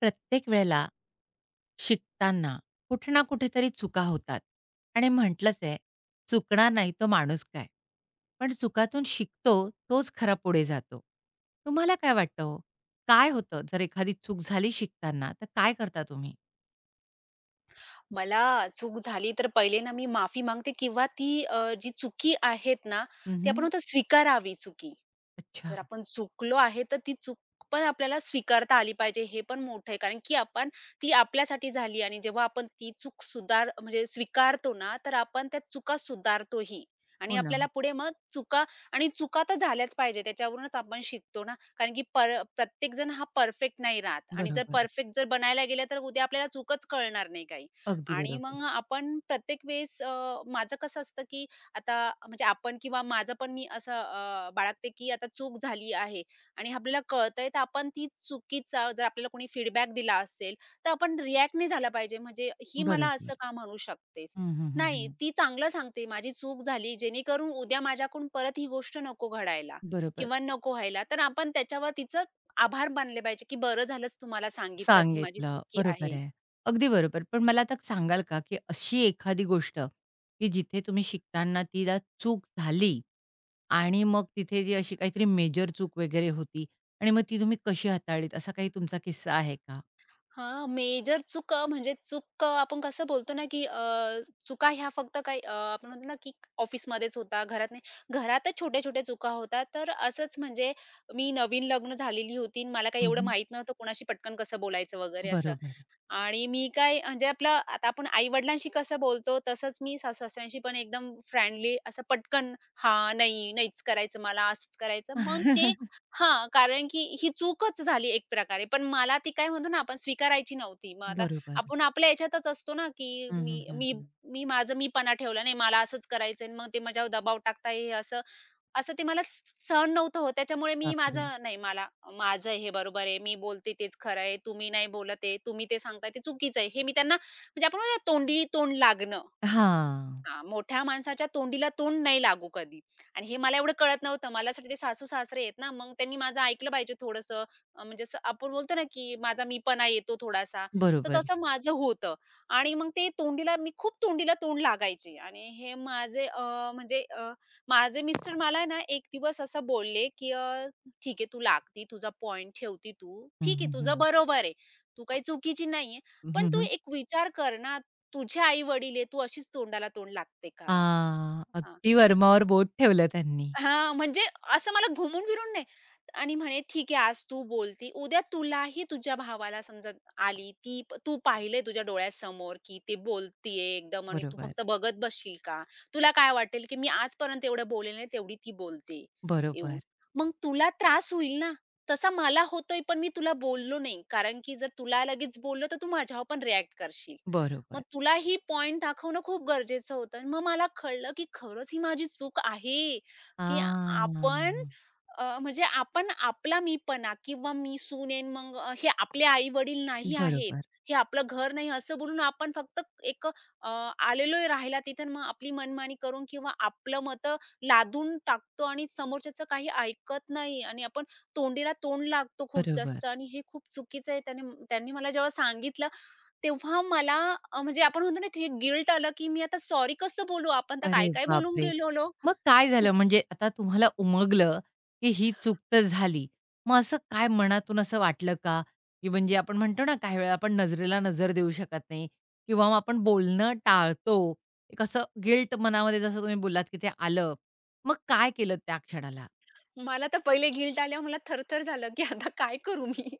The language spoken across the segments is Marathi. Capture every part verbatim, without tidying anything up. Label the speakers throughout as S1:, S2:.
S1: प्रत्येक वेळेला शिकताना कुठे ना कुठेतरी चुका होतात आणि म्हटलंच आहे, चुकणार नाही तो माणूस काय? पण चुकातून शिकतो तोच खरा पुढे जातो. तुम्हाला काय वाटतं हो? काय होतं जर एखादी चूक झाली शिकताना तर काय करता तुम्ही?
S2: मला चूक झाली तर पहिले ना मी माफी मागते किंवा ती अ, जी चुकी आहेत ना, ती
S1: हं,
S2: आपण आता स्वीकारावी चुकी.
S1: अच्छा.
S2: जर आपण चुकलो आहे, तर ती चूक पण आपल्याला स्वीकारता आली पाहिजे, हे पण मोठं आहे. कारण की आपण ती आपल्यासाठी झाली आणि जेव्हा आपण ती चूक सुधार म्हणजे स्वीकारतो ना, तर आपण त्या चुका सुधारतोही आणि
S1: हो ना.
S2: आपल्याला पुढे मग चुका आणि चुका तर झाल्याच पाहिजे. त्याच्यावरूनच आपण शिकतो ना, कारण की पर प्रत्येकजण हा परफेक्ट नाही राहत आणि जर
S1: बरोबर.
S2: परफेक्ट जर बनायला गेलं, तर उद्या आपल्याला चूकच कळणार नाही काही
S1: अगदी
S2: आणि मग
S1: बरोबर.
S2: आपण प्रत्येक वेळेस अ, माझं कसं असतं की आता म्हणजे आपण किंवा माझं पण मी असं अ, बाळगते, की आता चूक झाली आहे आणि आपल्याला कळतंय, तर आपण ती चुकीचा जर आपल्याला कोणी फीडबॅक दिला असेल, तर आपण रिएक्ट नाही झाला पाहिजे. म्हणजे "ही मला
S1: बरोबर.
S2: असं का म्हणू शकतेस?"
S1: हं, हं, हं,
S2: नाही,
S1: हं.
S2: ती चांगलं सांगते, माझी चूक झाली, जेणेकरून उद्या माझ्याकडून परत ही गोष्ट नको घडायला
S1: बरोबर.
S2: किंवा नको व्हायला. तर आपण त्याच्यावर तिचं आभार मानले पाहिजे, की "बरं झालंच तुम्हाला सांगितलं, ती माझी
S1: सांगितलं.
S2: चुकी
S1: बरोबर
S2: आहे."
S1: आहे. अगदी बरोबर. पण मला आता सांगाल का, की अशी एखादी गोष्ट, की जिथे तुम्ही शिकताना तिला चूक झाली आणि मग तिथे जी अशी काहीतरी मेजर चूक वगैरे होती आणि मग ती तुम्ही कशी हाताळलीत, असा काही तुमचा किस्सा आहे का?
S2: हां, मेजर चूक अ, म्हणजे चूक अ, आपण कसं बोलतो ना, की अ, चुका ह्या फक्त काही अ, आपण म्हणतो ना, की ऑफिसमध्येच होता, घरात नाही. घरातच छोट्या-छोट्या चुका होतात. तर असंच म्हणजे मी नवीन लग्न झालेली होती आणि मला काही एवढं
S1: हं,
S2: माहीत नव्हतं कोणाशी पटकन कसं बोलायचं वगैरे असं.
S1: बरोबर.
S2: आणि मी काय म्हणजे आपलं आता आपण आई-वडिलांशी कसं बोलतो, तसंच मी सासू-सासऱ्यांशी पण एकदम फ्रेंडली असं पटकन, हा, नाही, नाहीच करायचं मला, असंच करायचं." मग ते हां, कारण की ही चूकच झाली एक प्रकारे. पण मला ती काय म्हणतो ना आपण स्वीकारायची नव्हती. मग आता
S1: बरोबर.
S2: आपण आपल्या ह्याच्यातच असतो ना, की
S1: हं, हं,
S2: मी
S1: हं,
S2: मी
S1: हं.
S2: मी माझं मीपणा ठेवला, "नाही, मला असंच करायचंय." मग ते माझ्यावर दबाव टाकताय, हे असं असं ते मला स सहन नव्हतं होत. त्याच्यामुळे मी
S1: बापरे!
S2: माझं नाही मला माझं हे बरोबर आहे. मी बोलते तेच खरं आहे. तुम्ही नाही बोलत आहे. तुम्ही ते सांगताय ते चुकीचं आहे. हे मी त्यांना म्हणजे आपण म्हणतो ना तोंडी तोंड लागणं.
S1: हां.
S2: हां, मोठ्या माणसाच्या तोंडीला तोंड नाही लागू कधी आणि हे मला एवढं कळत नव्हतं. मला असं वाटतं ते सासू-सासरे आहेत ना, मग त्यांनी माझं ऐकलं पाहिजे थोडंसं अ, म्हणजे असं आपण बोलतो ना, की माझा मीपणा येतो थोडासा, तर
S1: बरोबर.
S2: तसं माझं होतं आणि मग ते तोंडीला मी खूप तोंडीला तोंड लागायची आणि हे माझे अ, म्हणजे अ, माझे मिस्टर मला आहे ना, एक दिवस असं बोलले, की "अ, ठीक आहे, तू लागती, तुझा पॉइंट ठेवती तू.
S1: हं,
S2: ठीक आहे,
S1: हं,
S2: तुझं
S1: हं.
S2: बरोबर आहे. तू काही चुकीची नाहीये.
S1: हं,
S2: पण तू
S1: हं.
S2: एक विचार कर ना, तुझे आई-वडील आहे, तू अशीच तोंडाला तोंड लागते का?
S1: आ,
S2: अ,
S1: अगदी वर्मावर बोट ठेवलं त्यांनी.
S2: हां, म्हणजे असं मला घुमून-फिरून नाही आणि म्हणे, "ठीक आहे, आज तू बोलती, उद्या तुलाही तुझ्या भावाला समजा आली, ती प- तू पाहिलंय तुझ्या डोळ्यासमोर, की ते बोलतीये एकदम आणि तू
S1: बरोबर,
S2: फक्त बघत बसशील का? तुला काय वाटेल, की मी आजपर्यंत एवढं बोलले नाही, तेवढी ती बोलते येऊन.
S1: बरोबर,
S2: मग तुला त्रास होईल ना, तसा मला होतोय, पण मी तुला बोललो नाही, कारण की जर तुला लगेच बोललो, तर तू माझ्यावर पण रिएक्ट करशील. मग
S1: बरोबर.
S2: तुला ही पॉइंट दाखवणं खूप गरजेचं होतं." मग मला कळलं, की खरंच ही माझी चूक आहे. की आ-
S1: आ,
S2: आपण अ, म्हणजे आपण आपला मीपणा किंवा मी सून मग अ, हे आपले आई-वडील नाही आहेत,
S1: बरोबर,
S2: हे आपलं घर नाही असं बोलून आपण फक्त एक अ, आलेलोय राहायला तिथे मग आपली मनमानी करून किंवा आपलं मतं लादून टाकतो आणि समोरच्याचं काही ऐकत नाही आणि आपण तोंडीला तोंड लागतो खूप
S1: बरोबर.
S2: जास्त आणि हे खूप चुकीचं आहे. त्याने त्यांनी मला जेव्हा सांगितलं तेव्हा मला अ, म्हणजे आपण म्हणतो ना की हे गिल्ट आलं की मी आता सॉरी कसं बोलू? आपण तर
S1: अरे
S2: काय-काय बोलून
S1: बापरे!
S2: गेलेलो.
S1: मग काय झालं म्हणजे आता तुम्हाला उमगलं, की ही चूक तर झाली. मग असं काय मनातून असं वाटलं का? की म्हणजे आपण म्हणतो ना काही वेळा आपण नजरेला नजर देऊ शकत नाही किंवा मग आपण बोलणं टाळतो. एक असं गिल्ट मनामध्ये जसं तुम्ही बोललात, की ते आलं. मग काय केलं त्या क्षणाला?
S2: मला तर पहिले गिल्ट आल्यावर मला थरथर झालं, की आता काय करू मी?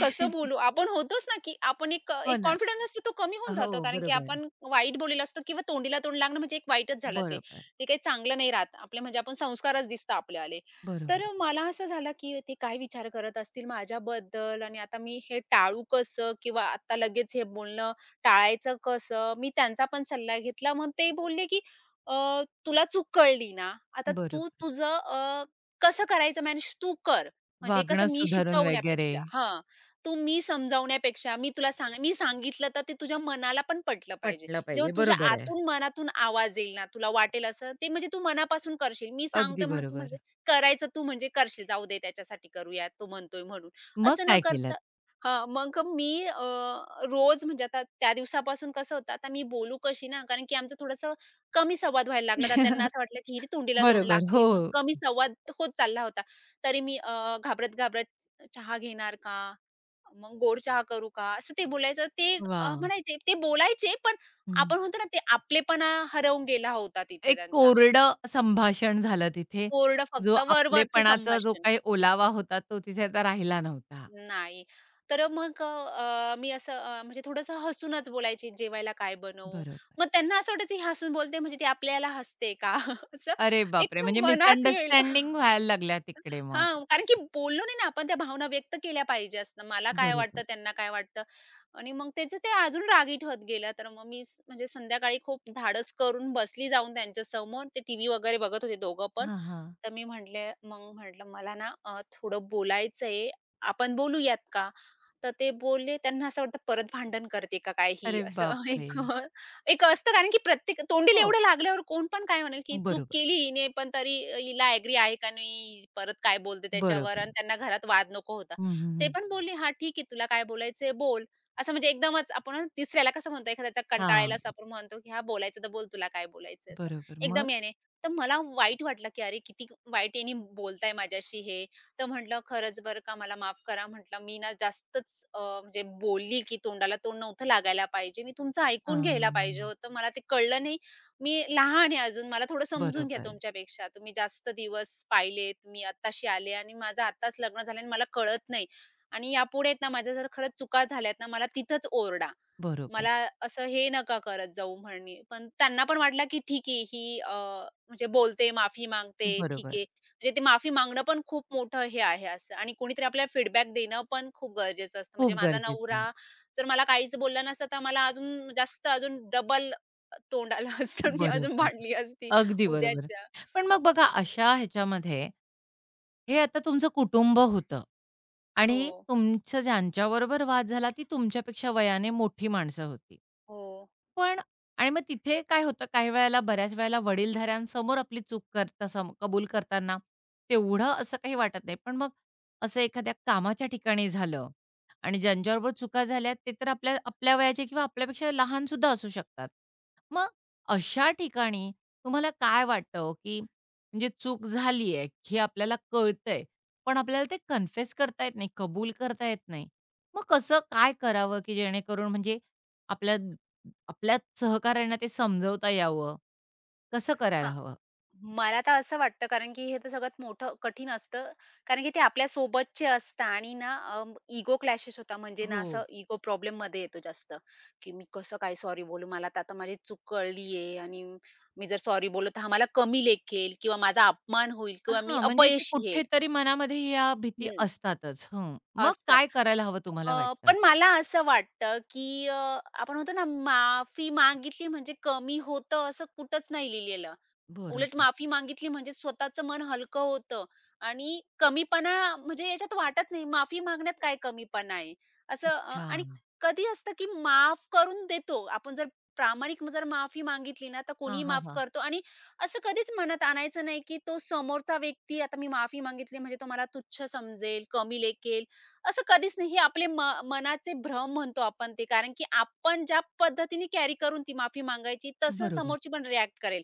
S2: कसं बोलू? आपण होतोच ना, की आपण एक
S1: हो
S2: एक
S1: ना.
S2: कॉन्फिडन्स असतो तो कमी होऊन
S1: हो,
S2: जातो. कारण की
S1: बरोबर.
S2: आपण वाईट बोललेलो असतो किंवा तोंडीला तोंड लागणं म्हणजे एक वाईटच झालं ते.
S1: बरोबर,
S2: ते काही चांगलं नाही राहत. आपले म्हणजे आपण संस्कारच दिसतात आपलेवाले. तर
S1: बरोबर,
S2: अ, मला असं झालं, की ते काय विचार करत असतील माझ्याबद्दल आणि आता मी हे टाळू कसं? किंवा आता लगेच हे बोलणं टाळायचं कसं? मी त्यांचा पण सल्ला घेतला. मग ते बोलले, की "अ, तुला चूक कळली ना, आता
S1: बरोबर.
S2: तू तुझं अ, कसं करायचं मॅनेज तू कर. म्हणजे कसं
S1: वागणं
S2: मी
S1: सुधारून वगैरे.
S2: शिकवण्यापेक्षा हां. तू मी समजावण्यापेक्षा मी तुला सांग मी सांगितलं तर ते तुझ्या मनाला पण पटलं पाहिजे.
S1: पटलं
S2: जेव्हा
S1: पाहिजे.
S2: तुझ्या
S1: बरोबर आहे.
S2: आतून मनातून आवाज येईल ना, तुला वाटेल असं ते म्हणजे तू मनापासून करशील. मी सांगतो
S1: अगदी
S2: म्हणून तू म्हणजे
S1: बरोबर.
S2: करायचं तू म्हणजे करशील. जाऊ दे त्याच्यासाठी करूया तो म्हणतोय म्हणून.
S1: मग
S2: असं न
S1: काय
S2: करता
S1: केलंत?
S2: हां, मग मी अ, रोज म्हणजे आता त्या दिवसापासून कसं होतं आता मी बोलू कशी ना कारण की आमचं थोडंसं कमी संवाद व्हायला लागला. तर त्यांना असं वाटलं, की ही तोंडीला तोंड
S1: बरोबर.
S2: लागते. मग
S1: हो.
S2: कमी संवाद होत चालला होता. तरी मी अ, घाबरत-घाबरत चहा घेणार का? मग गोड चहा करू का? असं ते बोलायचं. ते अ,
S1: वाह!
S2: म्हणायचे. ते बोलायचे, पण
S1: हं.
S2: आपण म्हणतो ना, ते आपलेपणा हरवून गेला होता तिथे
S1: एक
S2: त्यांचा.
S1: कोरडं संभाषण झालं तिथे.
S2: कोरडं
S1: जो
S2: फक्त वर
S1: आपलेपणाचा जो
S2: संभाषण.
S1: काही ओलावा होता तो तिथे आता राहिला नव्हता.
S2: नाही. तर मग अ, मी असं अ, म्हणजे थोडंसं हसूनच बोलायची, "जेवायला काय बनवू?"
S1: बरोबर.
S2: मग त्यांना असं वाटायचं ही हसून बोलते म्हणजे ती आपल्याला हसते का? असं
S1: अरे बापरे!
S2: एकदम
S1: म्हणजे
S2: मनात येईल.
S1: मिसअंडरस्टँडिंग व्हायला लागल्या तिकडे मग.
S2: हां, कारण की बोललो नाही ना आपण त्या भावना व्यक्त केल्या पाहिजे असतं. मला काय वाटतं,
S1: बरोबर.
S2: त्यांना काय वाटतं आणि मग त्याचं ते अजून रागीट होत गेलं. तर मग मी स- म्हणजे संध्याकाळी खूप धाडस करून बसली जाऊन त्यांच्यासमोर. ते टीव्ही वगैरे बघत होते दोघं पण.
S1: हां, हां.
S2: तर मी म्हटले मग म्हटलं, "मला ना अ, थोडं बोलायचंय, आपण बोलूयात का?" तर ते बोलले. त्यांना असं वाटतं परत भांडण करते का काय ही?
S1: अरे
S2: असं
S1: बापरे!
S2: एक अ, एक असतं कारण की प्रत्येक तोंडीला
S1: हो.
S2: एवढं लागल्यावर कोण पण काय म्हणेल, की चूक
S1: बरोबर.
S2: केली हिने, पण तरी हिला ॲग्री आहे का नाही? परत काय बोलते त्याच्यावर?
S1: बरोबर.
S2: आणि त्यांना घरात वाद नको होता.
S1: हं, हं,
S2: ते
S1: हं.
S2: पण बोलले, "हां, ठीक आहे. तुला काय बोलायचंय बोल." असं म्हणजे एकदमच आपण तिसऱ्याला कसं म्हणतो एखाद्याचा कंटाळलेला
S1: हां.
S2: असं आपण म्हणतो, की "हां, बोलायचं तर बोल, तुला काय बोलायचंय?" असं.
S1: बरोबर. मग?
S2: एकदम याने तर मला वाईट वाटलं, की "अरे, किती वाईट याने बोलताय माझ्याशी हे." तर म्हटलं, "खरंच बरं का, मला माफ करा." म्हटलं, "मी ना जास्तच अ, म्हणजे बोलली, की तोंडाला तोंड नव्हतं लागायला पाहिजे. मी तुमचं ऐकून घ्यायला पाहिजे
S1: हां.
S2: होतं. मला ते कळलं नाही. मी लहान आहे अजून. मला थोडं समजून घ्या
S1: बरोबर,
S2: तुमच्यापेक्षा. तुम्ही जास्त दिवस पाहिलेत. मी आत्ताशी आले आणि माझं आत्ताच लग्न झालं आणि मला कळत नाही आणि यापुढे आहेत ना, माझ्या जर खरंच चुका झाल्यात ना, मला तिथंच ओरडा."
S1: बरोबर,
S2: मला असं हे नका करत जाऊ म्हणे. पण त्यांना पण वाटलं, की ठीक आहे ही अ, म्हणजे बोलते, माफी मागते, ठीक
S1: बरोबर.
S2: आहे. म्हणजे ते माफी मागणं पण खूप मोठं हे आहे असं आणि कोणीतरी आपल्याला फीडबॅक देणं पण खूप गरजेचं असतं. म्हणजे
S1: खूप
S2: माझा
S1: गरजेचं आहे.
S2: नवरा जर मला काहीच बोलला नसता, तर मला अजून जास्त अजून डबल तोंड आलं असतं. मी अजून
S1: बरोबर.
S2: भांडली असती
S1: अगदी बरोबर.
S2: उद्याच्या.
S1: पण मग बघा अशा ह्याच्यामध्ये, हे आता तुमचं कुटुंब होतं आणि
S2: हो,
S1: तुमचं ज्यांच्याबरोबर वाद झाला ती तुमच्यापेक्षा वयाने मोठी माणसं होती.
S2: हो.
S1: पण आणि मग तिथे काय होतं काही वेळेला बऱ्याच वेळेला वडीलधाऱ्यांसमोर आपली चूक करता सम कबूल करताना तेवढं असं काही वाटत नाही. पण मग असं एखाद्या कामाच्या ठिकाणी झालं आणि ज्यांच्याबरोबर चुका झाल्या ते तर आपल्या आपल्या वयाचे किंवा आपल्यापेक्षा लहानसुद्धा असू शकतात. मग अशा ठिकाणी तुम्हाला काय वाटतं हो, की म्हणजे चूक झाली आहे, हे आपल्याला कळतंय, पण आपल्याला ते कन्फेस करता येत नाही, कबूल करता येत नाही. मग कसं काय करावं, की जेणेकरून म्हणजे आपल्या आपल्या सहकाऱ्यांना ते समजवता यावं? कसं करायला हवं?
S2: मला तर असं वाटतं, कारण की हे तर सगळ्यात मोठं कठीण असतं. कारण की ते आपल्यासोबतचे असतात आणि ना अ, इगो क्लॅशेस होता म्हणजे ना
S1: हो.
S2: असं इगो प्रॉब्लेममध्ये येतो जास्त, की मी कसं काय सॉरी बोलू? मला तर आता माझी चूक कळली आणि मी जर सॉरी बोललो तर हा मला कमी लेखेल किंवा माझा अपमान होईल किंवा मी
S1: हां, म्हणजे ते
S2: अपयशी येईल.
S1: कुठेतरी मनामध्ये या भीती
S2: हं,
S1: असतातच. हं. मग
S2: असतात.
S1: काय करायला हवं तुम्हाला
S2: अ,
S1: वाटतं?
S2: पण मला असं वाटतं, की अ, आपण म्हणतो ना माफी मागितली म्हणजे कमी होतं असं कुठंच नाही लिहिलेलं. उलट
S1: बरोबर.
S2: माफी मागितली म्हणजे स्वतःचं मन हलकं होतं आणि कमीपणा म्हणजे याच्यात वाटत नाही. माफी मागण्यात काय कमीपणा आहे? असं अ,
S1: अच्छा.
S2: आणि कधी असतं की माफ करून देतो. आपण जर प्रामाणिक जर माफी मागितली ना, तर
S1: हां,
S2: कोणीही
S1: हां,
S2: माफ
S1: हां.
S2: करतो आणि असं कधीच मनात आणायचं नाही की तो समोरचा व्यक्ती आता मी माफी मागितली म्हणजे तो मला तुच्छ समजेल, कमी लेखेल. असं कधीच नाही. हे आपले म मनाचे भ्रम म्हणतो आपण ते. कारण की आपण ज्या पद्धतीने कॅरी करून ती माफी मागायची, तसं
S1: बरोबर,
S2: समोरची पण रिएक्ट करेल.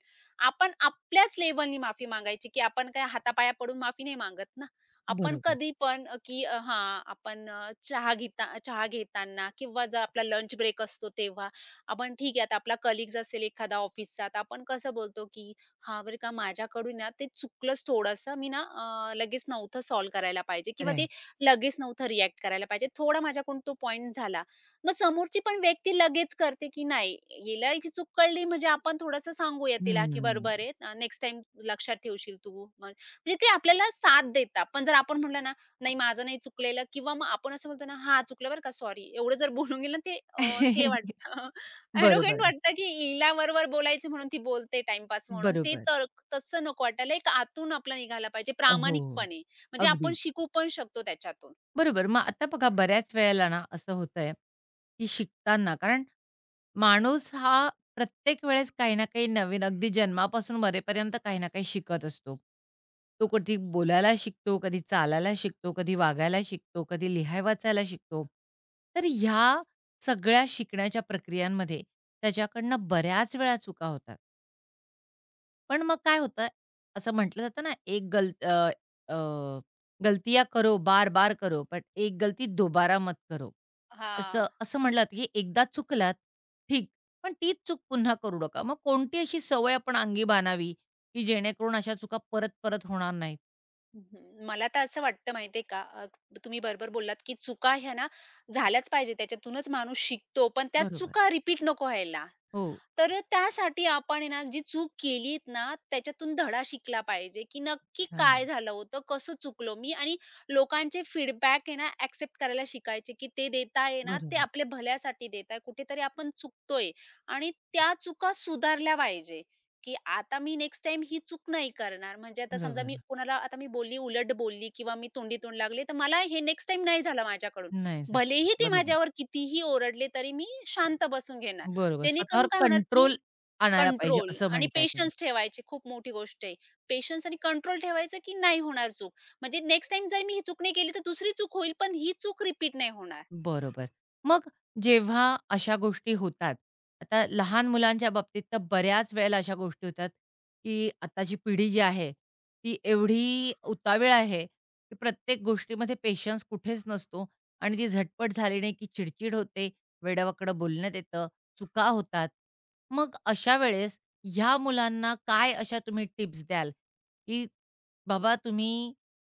S2: आपण आपल्याच लेव्हलनी माफी मागायची, की आपण काय हातापाया पडून माफी नाही मागत ना. आपण
S1: बरोबर.
S2: कधी पण अ, की हां, आपण अ, चहा घेता चहा घेताना किंवा जर आपला लंच ब्रेक असतो तेव्हा, आपण ठीक आहे, आता आपला कलीग्ज असेल एखादा ऑफिसचा, तर आपण कसं बोलतो, की "हां, बरं का माझ्याकडून ना ते चुकलंच थोडंसं. मी ना अ, लगेच नव्हतं सॉल्व्ह करायला पाहिजे किंवा ते
S1: राइट.
S2: लगेच नव्हतं रिएक्ट करायला पाहिजे. थोडा माझ्याकडून तो पॉइंट झाला." मग समोरची पण व्यक्ती लगेच करते, की नाही हिला हिची चूक कळली म्हणजे आपण थोडंसं सांगूया तिला, की
S1: हं.
S2: "बरोबर आहे, अ, नेक्स्ट टाईम लक्षात ठेवशील तू." मग म्हणजे ते आपल्याला साथ देतात. पण जर आपण म्हटलं ना, "नाही माझं नाही चुकलेलं" किंवा मग आपण असं बोलतो ना, "हां, चुकलं बरं का, सॉरी." एवढं जर बोलून गेलं ना ते अ, हे वाटतं ॲरोगंट
S1: बरोबर,
S2: वाटतं, की हिला बरोबर बोलायचं म्हणून ती बोलते टाईमपास म्हणून. ते
S1: बरोबर.
S2: तर तसं नको वाटायला. एक आतून आपला निघाला पाहिजे
S1: अ, हो, हो.
S2: प्रामाणिकपणे. म्हणजे आपण
S1: अगदी.
S2: शिकू पण शकतो त्याच्यातून.
S1: बरोबर. मग आता बघा बऱ्याच वेळेला ना असं होतंय, की शिकताना कारण माणूस हा प्रत्येक वेळेस काही ना काही नवीन अगदी जन्मापासून मरेपर्यंत काही ना काही शिकत असतो. तो कधी बोलायला शिकतो, कधी चालायला शिकतो, कधी वागायला शिकतो, कधी लिहाय-वाचायला शिकतो. तर ह्या सगळ्या शिकण्याच्या प्रक्रियांमध्ये त्याच्याकडनं बऱ्याच वेळा चुका होतात. पण मग काय होतं, असं म्हटलं जातं ना, "एक गल अ, अ, गलतियाँ करो, बार-बार करो, बट एक गलती दोबारा मत करो."
S2: हां.
S1: असं असं म्हटलं जातं, की एकदा चुकलात, ठीक. पण तीच चूक पुन्हा करू नका. मग कोणती अशी सवय आपण अंगी बाणावी, की जेणेकरून अशा चुका परत-परत होणार नाहीत?
S2: हं, मला तर असं वाटतं माहिती का, अ, तुम्ही बरोबर बोललात, की चुका ह्या ना झाल्याच पाहिजे. त्याच्यातूनच माणूस शिकतो. पण त्या
S1: बरोबर.
S2: चुका रिपीट नको व्हायला.
S1: हो.
S2: तर अ, त्यासाठी आपण आहे ना, जी चूक केलीत ना, त्याच्यातून धडा शिकला पाहिजे, की नक्की
S1: अच्छा.
S2: काय झालं होतं, कसं चुकलो मी आणि लोकांचे फीडबॅक आहे ना, एक्सेप्ट करायला शिकायचे, की ते देत आहे ना, ते
S1: बरोबर,
S2: आपल्या भल्यासाठी देत आहे. कुठेतरी आपण चुकतोय आणि त्या चुका सुधारल्या पाहिजे, की आता मी नेक्स्ट टाईम ही चूक नाही करणार. म्हणजे आता समजा मी
S1: बरोबर.
S2: कोणाला आता मी बोलली, उलट बोलली किंवा मी तोंडी तोंड लागले, तर मला हे नेक्स्ट टाईम नाही झालं माझ्याकडून.
S1: नाही झालं
S2: भलेही ते
S1: बरोबर,
S2: माझ्यावर कितीही ओरडले, तरी मी शांत बसून घेणार.
S1: बरोबर.
S2: जेणेकरून
S1: स्वतःवर
S2: काय होणार ती
S1: कंट्रोल आणायला पाहिजे
S2: कंट्रोल
S1: असं
S2: आणि
S1: म्हणताय तुम्ही.
S2: पेशन्स ठेवायची खूप मोठी गोष्ट आहे. पेशन्स आणि कंट्रोल ठेवायचं, की नाही होणार चूक. म्हणजे नेक्स्ट टाइम जर मी ही चूक नाही केली, तर दुसरी चूक होईल, पण ही चूक रिपीट नाही होणार.
S1: बरोबर. मग जेव्हा अशा गोष्टी होतात, आता लहान मुलांच्या बाबतीत तर बऱ्याच वेळेला अशा गोष्टी होतात, की आताची पिढी जी आहे, ती एवढी उतावीळ आहे, की प्रत्येक गोष्टीमध्ये पेशन्स कुठेच नसतो आणि ती झटपट झाली नाही, की चिडचिड होते, वेडावाकडं बोलण्यात येतं, चुका होतात. मग अशा वेळेस ह्या मुलांना काय अशा तुम्ही टिप्स द्याल, की बाबा तुम्ही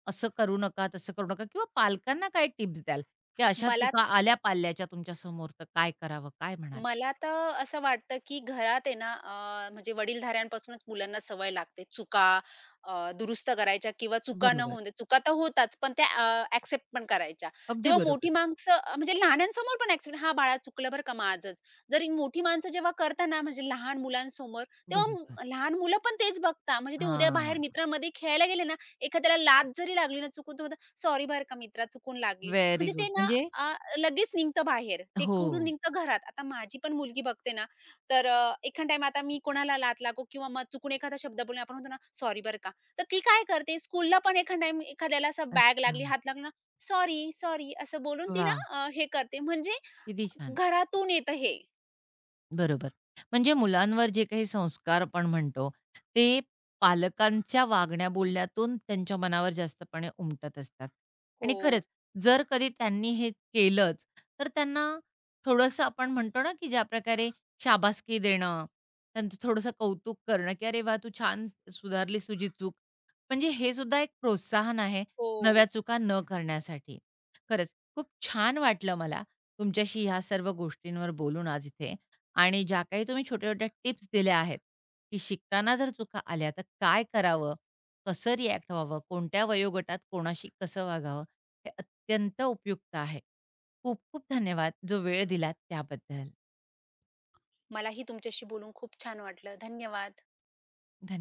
S1: असं करू नका, तसं करू नका किंवा पालकांना काय टिप्स द्याल? या अशा
S2: मला
S1: चुका आल्या पाल्याच्या तुमच्या समोर तर काय करावं? काय म्हणाल?
S2: मला तर असं वाटतं, की घरात आहे ना अ, म्हणजे वडीलधाऱ्यांपासूनच मुलांना सवय लागते. चुका अ, दुरुस्त करायच्या किंवा चुका न
S1: बरोबर.
S2: होऊन दे. चुका तर होताच पण त्या अ, एक्सेप्ट पण करायच्या.
S1: अगदी
S2: जेव्हा मोठी
S1: बरोबर.
S2: माणसं अ, म्हणजे लहानांसमोर पण एक्सेप्ट "हां, बाळा चुकलं बरं का माझंच." जरी मोठी माणसं जेव्हा करतात म्हणजे लहान मुलांसमोर, तेव्हा
S1: बरोबर.
S2: मु- लहान मुलं पण तेच बघतात. म्हणजे ते उद्या बाहेर
S1: हां.
S2: मित्रांमध्ये खेळायला गेले ना, एखाद्याला लाथ जरी लागली ना चुकून, तर "सॉरी बरं का मित्रा, चुकून लागली."
S1: व्हेरी
S2: म्हणजे ते
S1: गुड.
S2: ना
S1: म्हणजे
S2: अ, लगेच निघतं बाहेर. ते
S1: हो.
S2: कुठून निघतं घरात. आता माझी पण मुलगी बघते ना, तर अ, एखाद टाईम आता मी कोणाला लाथ लागू किंवा मग चुकून एखादा शब्द बोलून आपण म्हणतो ना, "सॉरी बरं का." तर ती काय करते स्कूलला पण एखाद टाईम एखाद्याला असं बॅग
S1: अच्छा.
S2: लागली, हात लागला "सॉरी, सॉरी" असं बोलून ती ना
S1: वाह!
S2: अ, हे करते. म्हणजे
S1: किती छान.
S2: घरातून येतं हे.
S1: बरोबर. म्हणजे मुलांवर जे काही संस्कार आपण म्हणतो, ते पालकांच्या वागण्या बोलण्यातून त्यांच्या मनावर जास्तपणे उमटत असतात.
S2: हो.
S1: आणि खरंच जर कधी त्यांनी हे केलंच, तर त्यांना थोडंसं आपण म्हणतो ना, की ज्याप्रकारे शाबासकी देणं, त्यांचं थोडंसं कौतुक करणं, की "अरे वाह! तू छान सुधारलीस तुझी चूक." म्हणजे हे सुद्धा एक प्रोत्साहन आहे
S2: हो.
S1: नव्या चुका न करण्यासाठी. खरंच खूप छान वाटलं मला तुमच्याशी ह्या सर्व गोष्टींवर बोलून आज इथे. आणि ज्या काही तुम्ही छोट्या-छोट्या टिप्स दिल्या आहेत, की शिकताना जर चुका आल्या तर काय करावं? कसं रिॲक्ट व्हावं? कोणत्या वयोगटात कोणाशी कसं वागावं? हे अत्यंत उपयुक्त आहे. खूप खूप धन्यवाद जो वेळ दिलात त्याबद्दल.
S2: मलाही तुमच्याशी बोलून खूप छान वाटलं. धन्यवाद.
S1: धन्यवाद.